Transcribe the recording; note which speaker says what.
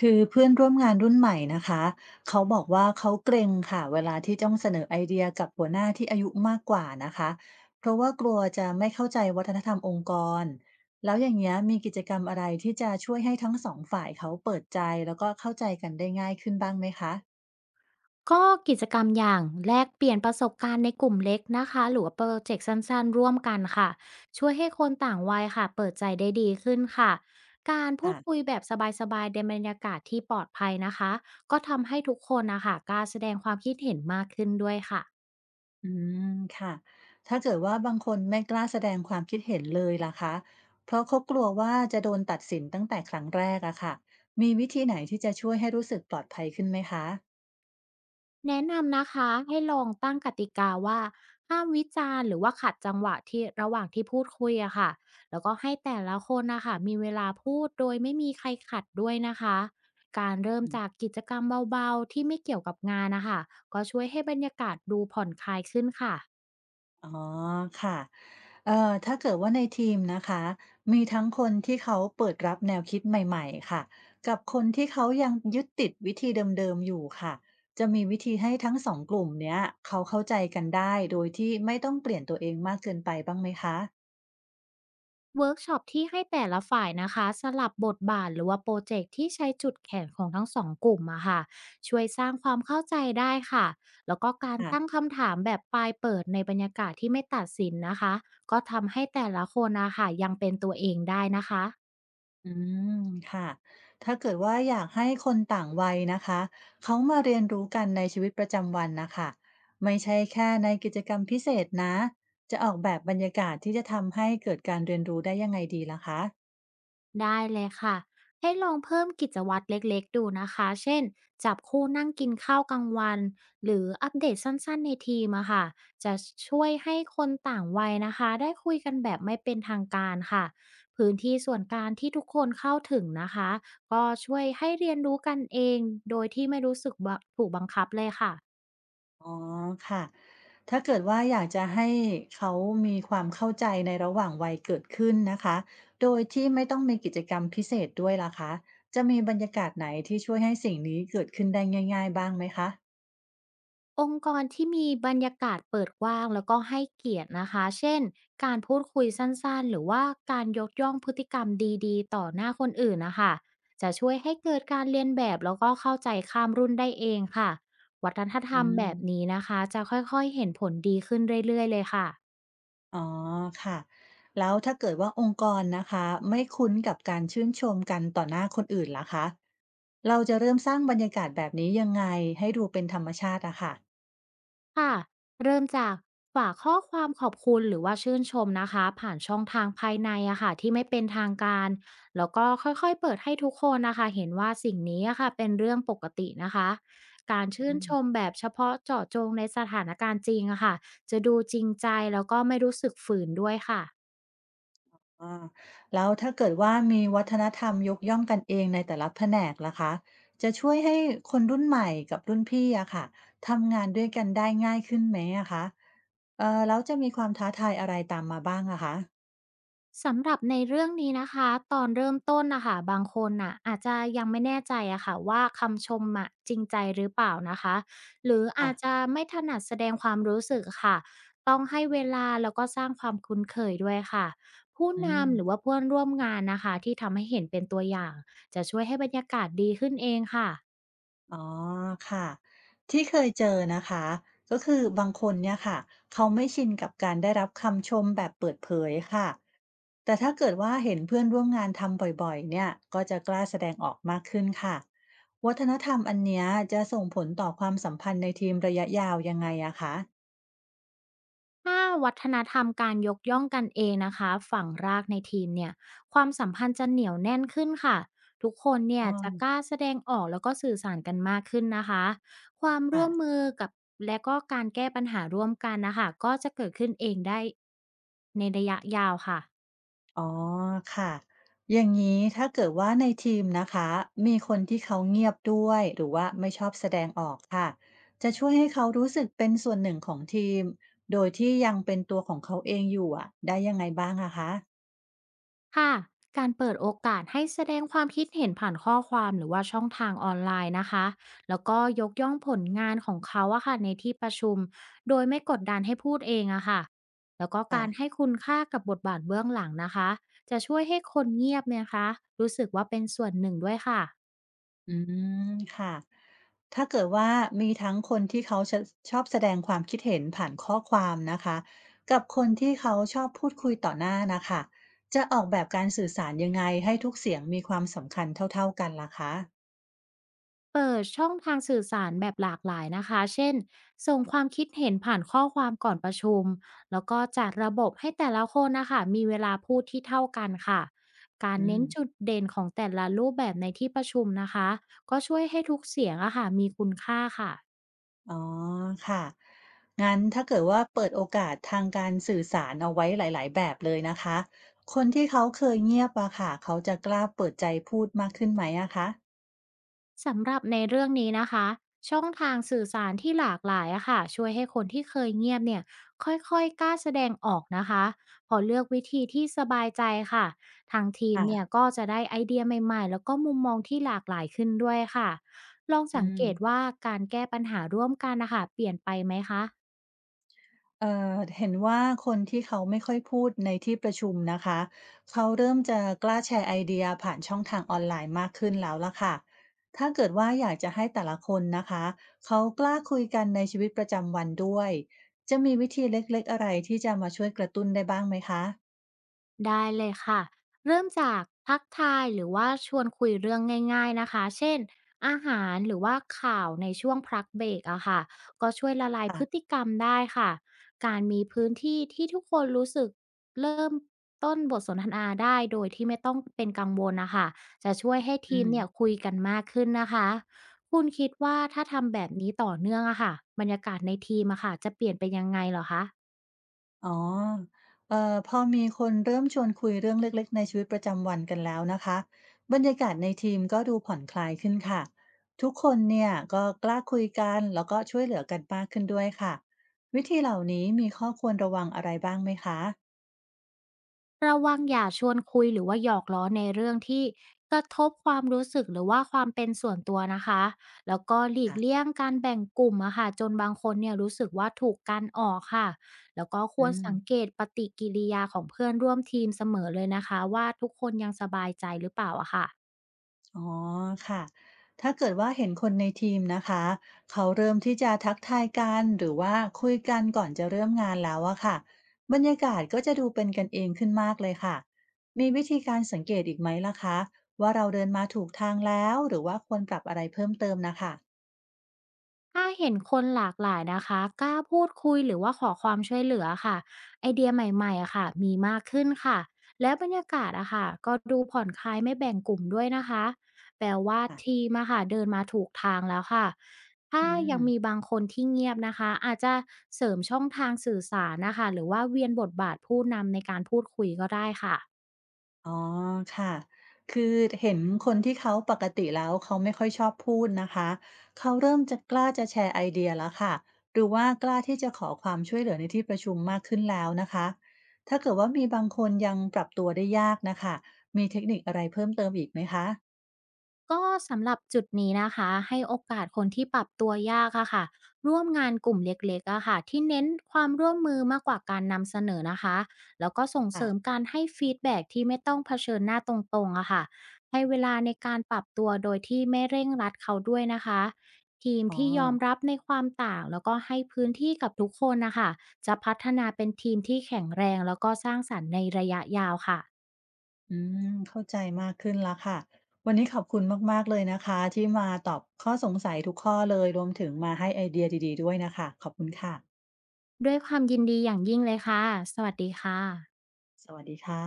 Speaker 1: คือเพื่อนร่วมงานรุ่นใหม่นะคะเขาบอกว่าเขาเกรงค่ะเวลาที่ต้องเสนอไอเดียกับหัวหน้าที่อายุมากกว่านะคะเพราะว่ากลัวจะไม่เข้าใจวัฒนธรรมองค์กรแล้วอย่างเงี้ยมีกิจกรรมอะไรที่จะช่วยให้ทั้งสองฝ่ายเขาเปิดใจแล้วก็เข้าใจกันได้ง่ายขึ้นบ้างไหมคะ
Speaker 2: ก็กิจกรรมอย่างแลกเปลี่ยนประสบการณ์ในกลุ่มเล็กนะคะหรือว่าโปรเจกต์สั้นๆร่วมกันค่ะช่วยให้คนต่างวัยค่ะเปิดใจได้ดีขึ้นค่ะการพู
Speaker 1: ค่ะ
Speaker 2: ดคุยแบบสบายๆในบรรยากาศที่ปลอดภัยนะคะก็ทำให้ทุกคนนะคะกล้าแสดงความคิดเห็นมากขึ้นด้วยค่ะ
Speaker 1: อืมค่ะถ้าเกิดว่าบางคนไม่กล้าแสดงความคิดเห็นเลยล่ะคะเพราะเขากลัวว่าจะโดนตัดสินตั้งแต่ครั้งแรกอะค่ะมีวิธีไหนที่จะช่วยให้รู้สึกปลอดภัยขึ้นไหมคะ
Speaker 2: แนะนำนะคะให้ลองตั้งกติกาว่าห้ามวิจารณ์หรือว่าขัดจังหวะที่ระหว่างที่พูดคุยอะค่ะแล้วก็ให้แต่ละคนนะคะมีเวลาพูดโดยไม่มีใครขัดด้วยนะคะการเริ่มจากกิจกรรมเบาๆที่ไม่เกี่ยวกับงานนะคะก็ช่วยให้บรรยากาศดูผ่อนคลายขึ้นค่ะ
Speaker 1: อ๋อค่ะเอ่อถ้าเกิดว่าในทีมนะคะมีทั้งคนที่เขาเปิดรับแนวคิดใหม่ๆค่ะกับคนที่เขายังยึดติดวิธีเดิมๆอยู่ค่ะจะมีวิธีให้ทั้งสองกลุ่มเนี้ยเขาเข้าใจกันได้โดยที่ไม่ต้องเปลี่ยนตัวเองมากเกินไปบ้างไหมค
Speaker 2: เวิร์กช็อปที่ให้แต่ละฝ่ายนะคะสลับบทบาทหรือว่าโปรเจกต์ที่ใช้จุดแข็งของทั้งสองกลุ่มอะค่ะช่วยสร้างความเข้าใจได้ค่ะแล้วก็การตั้ง
Speaker 1: ะ
Speaker 2: คำถามแบบปลายเปิดในบรรยากาศที่ไม่ตัดสินนะคะก็ทำให้แต่ละคนอะค่ะยังเป็นตัวเองได้นะคะ
Speaker 1: อืมค่ะถ้าเกิดว่าอยากให้คนต่างวัยนะคะเขามาเรียนรู้กันในชีวิตประจำวันนะคะไม่ใช่แค่ในกิจกรรมพิเศษนะจะออกแบบบรรยากาศที่จะทำให้เกิดการเรียนรู้ได้ยังไงดีล่ะคะ
Speaker 2: ได้เลยค่ะให้ลองเพิ่มกิจวัตรเล็กๆดูนะคะเช่นจับคู่นั่งกินข้าวกลางวันหรืออัปเดตสั้นๆในทีมอะค่ะจะช่วยให้คนต่างวัยนะคะได้คุยกันแบบไม่เป็นทางการค่ะพื้นที่ส่วนกลางที่ทุกคนเข้าถึงนะคะก็ช่วยให้เรียนรู้กันเองโดยที่ไม่รู้สึกว่าถูกบังคับเลยค่ะ
Speaker 1: อ๋อค่ะถ้าเกิดว่าอยากจะให้เขามีความเข้าใจในระหว่างวัยเกิดขึ้นนะคะโดยที่ไม่ต้องมีกิจกรรมพิเศษด้วยล่ะคะจะมีบรรยากาศไหนที่ช่วยให้สิ่งนี้เกิดขึ้นได้ง่ายๆบ้างไหมคะ
Speaker 2: องค์กรที่มีบรรยากาศเปิดกว้างแล้วก็ให้เกียรตินะคะเช่นการพูดคุยสั้นๆหรือว่าการยกย่องพฤติกรรมดีๆต่อหน้าคนอื่นนะคะจะช่วยให้เกิดการเรียนแบบแล้วก็เข้าใจข้ามรุ่นได้เองค่ะวัฒนธ
Speaker 1: อื
Speaker 2: รรมแบบ
Speaker 1: ม
Speaker 2: นี้นะคะจะค่อยๆเห็นผลดีขึ้นเรื่อยๆเลยค่ะ
Speaker 1: อ๋อค่ะแล้วถ้าเกิดว่าองค์กรนะคะไม่คุ้นกับการชื่นชมกันต่อหน้าคนอื่นล่ะคะเราจะเริ่มสร้างบรรยากาศแบบนี้ยังไงให้ดูเป็นธรรมชาติอะค่ะ
Speaker 2: ค่ะเริ่มจากฝากข้อความขอบคุณหรือว่าชื่นชมนะคะผ่านช่องทางภายในอะค่ะที่ไม่เป็นทางการแล้วก็ค่อยๆเปิดให้ทุกคนนะคะเห็นว่าสิ่งนี้อะค่ะเป็นเรื่องปกตินะคะการชื่
Speaker 1: อื
Speaker 2: นช
Speaker 1: ม
Speaker 2: มแบบเฉพาะเจาะจงในสถานการณ์จริงอะค่ะจะดูจริงใจแล้วก็ไม่รู้สึกฝืนด้วยค่ะ
Speaker 1: อ่าแล้วถ้าเกิดว่ามีวัฒนธรรมยกย่องกันเองในแต่ละแผนกล่ะคะจะช่วยให้คนรุ่นใหม่กับรุ่นพี่อะค่ะทำงานด้วยกันได้ง่ายขึ้นไหมอะคะเออแล้วจะมีความท้าทายอะไรตามมาบ้างอะคะ
Speaker 2: สำหรับในเรื่องนี้นะคะตอนเริ่มต้นนะคะบางคนน่ะอาจจะยังไม่แน่ใจอะค่ะว่าคำชมอะจริงใจหรือเปล่านะคะหรือ
Speaker 1: อ่ะ
Speaker 2: อาจจะไม่ถนัดแสดงความรู้สึกค่ะต้องให้เวลาแล้วก็สร้างความคุ้นเคยด้วยค่ะผู้
Speaker 1: อื
Speaker 2: นำหรือ
Speaker 1: ม
Speaker 2: ว่าเพื่อนร่วมงานนะคะที่ทำให้เห็นเป็นตัวอย่างจะช่วยให้บรรยากาศดีขึ้นเองค่ะ
Speaker 1: อ๋อค่ะที่เคยเจอนะคะก็คือบางคนเนี่ยค่ะเขาไม่ชินกับการได้รับคำชมแบบเปิดเผยค่ะแต่ถ้าเกิดว่าเห็นเพื่อนร่วมงานทำบ่อยๆเนี่ยก็จะกล้าแสดงออกมากขึ้นค่ะวัฒนธรรมอันเนี้ยจะส่งผลต่อความสัมพันธ์ในทีมระยะยาวยังไงอะคะ
Speaker 2: ถ้าวัฒนธรรมการยกย่องกันเองนะคะฝังรากในทีมเนี่ยความสัมพันธ์จะเหนียวแน่นขึ้นค่ะทุกคนเนี่
Speaker 1: อ๋อ
Speaker 2: ยจะกล้าแสดงออกแล้วก็สื่อสารกันมากขึ้นนะคะความ
Speaker 1: ค่ะ
Speaker 2: ร่วมมือกับและก็การแก้ปัญหาร่วมกันนะคะก็จะเกิดขึ้นเองได้ในระยะยาวค่ะ
Speaker 1: อ๋อค่ะอย่างนี้ถ้าเกิดว่าในทีมนะคะมีคนที่เขาเงียบด้วยหรือว่าไม่ชอบแสดงออกค่ะจะช่วยให้เขารู้สึกเป็นส่วนหนึ่งของทีมโดยที่ยังเป็นตัวของเขาเองอยู่อะได้ยังไงบ้างอะคะ
Speaker 2: ค่ะการเปิดโอกาสให้แสดงความคิดเห็นผ่านข้อความหรือว่าช่องทางออนไลน์นะคะแล้วก็ยกย่องผลงานของเขาอะค่ะในที่ประชุมโดยไม่กดดันให้พูดเองอะค่ะแล้วก็
Speaker 1: ค่ะ
Speaker 2: การให้คุณค่ากับบทบาทเบื้องหลังนะคะจะช่วยให้คนเงียบเนนะคะรู้สึกว่าเป็นส่วนหนึ่งด้วยค่ะ
Speaker 1: อืมค่ะถ้าเกิดว่ามีทั้งคนที่เขาจะชอบแสดงความคิดเห็นผ่านข้อความนะคะกับคนที่เขาชอบพูดคุยต่อหน้านะคะจะออกแบบการสื่อสารยังไงให้ทุกเสียงมีความสำคัญเท่าๆกันล่ะคะ
Speaker 2: เปิดช่องทางสื่อสารแบบหลากหลายนะคะ เช่น ส่งความคิดเห็นผ่านข้อความก่อนประชุม แล้วก็จัดระบบให้แต่ละคนนะคะมีเวลาพูดที่เท่ากันค่ะ การ
Speaker 1: อื
Speaker 2: เน้
Speaker 1: ม
Speaker 2: นจุดเด่นของแต่ละรูปแบบในที่ประชุมนะคะ ก็ช่วยให้ทุกเสียงอะค่ะมีคุณค่าค่ะ
Speaker 1: อ๋อค่ะงั้นถ้าเกิดว่าเปิดโอกาสทางการสื่อสารเอาไว้หลายๆแบบเลยนะคะ คนที่เขาเคยเงียบอะค่ะ เขาจะกล้าเปิดใจพูดมากขึ้นไหมอะคะ
Speaker 2: สำหรับในเรื่องนี้นะคะช่องทางสื่อสารที่หลากหลายอะค่ะช่วยให้คนที่เคยเงียบเนี่ยค่อยๆกล้าแสดงออกนะคะพอเลือกวิธีที่สบายใจค่ะทางทีม
Speaker 1: ค่ะ
Speaker 2: เนี่ยก็จะได้ไอเดียใหม่ๆแล้วก็มุมมองที่หลากหลายขึ้นด้วยค่ะลอง
Speaker 1: อื
Speaker 2: สังเกต
Speaker 1: ม
Speaker 2: ว่าการแก้ปัญหาร่วมกันนะคะเปลี่ยนไปไหมคะ
Speaker 1: เอ่อเห็นว่าคนที่เขาไม่ค่อยพูดในที่ประชุมนะคะเขาเริ่มจะกล้าแชร์ไอเดียผ่านช่องทางออนไลน์มากขึ้นแล้วล่ะค่ะถ้าเกิดว่าอยากจะให้แต่ละคนนะคะเขากล้าคุยกันในชีวิตประจำวันด้วยจะมีวิธีเล็กๆอะไรที่จะมาช่วยกระตุ้นได้บ้างไหมคะ
Speaker 2: ได้เลยค่ะเริ่มจากทักทายหรือว่าชวนคุยเรื่องง่ายๆนะคะเช่นอาหารหรือว่าข่าวในช่วงพักเบรกอะค่ะก็ช่วยละลายพฤติ
Speaker 1: ค่ะ
Speaker 2: กรรมได้ค่ะการมีพื้นที่ที่ทุกคนรู้สึกเริ่มต้นบทสนทนาได้โดยที่ไม่ต้องเป็นกังวลนะคะจะช่วยให้
Speaker 1: อื
Speaker 2: ทีมเนี่ย
Speaker 1: ม
Speaker 2: คุยกันมากขึ้นนะคะคุณคิดว่าถ้าทำแบบนี้ต่อเนื่องอะค่ะบรรยากาศในทีมอะค่ะจะเปลี่ยนไปยังไงเหรอคะ
Speaker 1: อ๋อเอ่อพอมีคนเริ่มชวนคุยเรื่องเล็กๆในชีวิตประจำวันกันแล้วนะคะ บรรยากาศในทีมก็ดูผ่อนคลายขึ้นค่ะ ทุกคนเนี่ยก็กล้าคุยกันแล้วก็ช่วยเหลือกันมากขึ้นด้วยค่ะ วิธีเหล่านี้มีข้อควรระวังอะไรบ้างไหมคะ
Speaker 2: ระวังอย่าชวนคุยหรือว่าหยอกล้อในเรื่องที่กระทบความรู้สึกหรือว่าความเป็นส่วนตัวนะคะแล้วก็หลีก
Speaker 1: ค่ะ
Speaker 2: เลี่ยงการแบ่งกลุ่มอะค่ะจนบางคนเนี่ยรู้สึกว่าถูกกันออกค่ะแล้วก็ค
Speaker 1: อื
Speaker 2: วรสังเก
Speaker 1: ม
Speaker 2: ตปฏิกิริยาของเพื่อนร่วมทีมเสมอเลยนะคะว่าทุกคนยังสบายใจหรือเปล่าอะค่ะ
Speaker 1: อ๋อค่ะ ถ้าเกิดว่าเห็นคนในทีมนะคะเขาเริ่มที่จะทักทายกันหรือว่าคุยกันก่อนจะเริ่มงานแล้วอะค่ะบรรยากาศก็จะดูเป็นกันเองขึ้นมากเลยค่ะมีวิธีการสังเกตอีกไหมล่ะคะว่าเราเดินมาถูกทางแล้วหรือว่าควรปรับอะไรเพิ่มเติมนะคะ
Speaker 2: ถ้าเห็นคนหลากหลายนะคะกล้าพูดคุยหรือว่าขอความช่วยเหลือค่ะไอเดียใหม่ๆอะค่ะมีมากขึ้นค่ะแล้วบรรยากาศอะค่ะก็ดูผ่อนคลายไม่แบ่งกลุ่มด้วยนะคะแปลว่าทีมอะค่ะเดินมาถูกทางแล้วค่ะถ้า
Speaker 1: อืม
Speaker 2: ยังมีบางคนที่เงียบนะคะอาจจะเสริมช่องทางสื่อสารนะคะหรือว่าเวียนบทบาทผู้นำในการพูดคุยก็ได้ค่ะ
Speaker 1: อ๋อค่ะคือเห็นคนที่เขาปกติแล้วเขาไม่ค่อยชอบพูดนะคะเขาเริ่มจะกล้าจะแชร์ไอเดียแล้วค่ะหรือว่ากล้าที่จะขอความช่วยเหลือในที่ประชุมมากขึ้นแล้วนะคะถ้าเกิดว่ามีบางคนยังปรับตัวได้ยากนะคะมีเทคนิคอะไรเพิ่มเติมอีกไหมคะ
Speaker 2: ก็สำหรับจุดนี้นะคะให้โอกาสคนที่ปรับตัวยากอะค่ะร่วมงานกลุ่มเล็กๆอะค่ะที่เน้นความร่วมมือมากกว่าการนำเสนอนะคะแล้วก็ส่งเส
Speaker 1: ค่ะ
Speaker 2: ริมการให้ฟีดแบ็กที่ไม่ต้องเผชิญหน้าตรงๆอะค่ะให้เวลาในการปรับตัวโดยที่ไม่เร่งรัดเขาด้วยนะคะทีม
Speaker 1: อ๋อ
Speaker 2: ที่ยอมรับในความต่างแล้วก็ให้พื้นที่กับทุกคนนะคะจะพัฒนาเป็นทีมที่แข็งแรงแล้วก็สร้างสรรค์ในระยะยาวค่ะ
Speaker 1: อืมเข้าใจมากขึ้นแล้วค่ะวันนี้ขอบคุณมากๆเลยนะคะที่มาตอบข้อสงสัยทุกข้อเลยรวมถึงมาให้ไอเดียดีๆด้วยนะคะขอบคุณค่ะ
Speaker 2: ด้วยความยินดีอย่างยิ่งเลยค่ะสวัสดีค่ะ
Speaker 1: สวัสดีค่ะ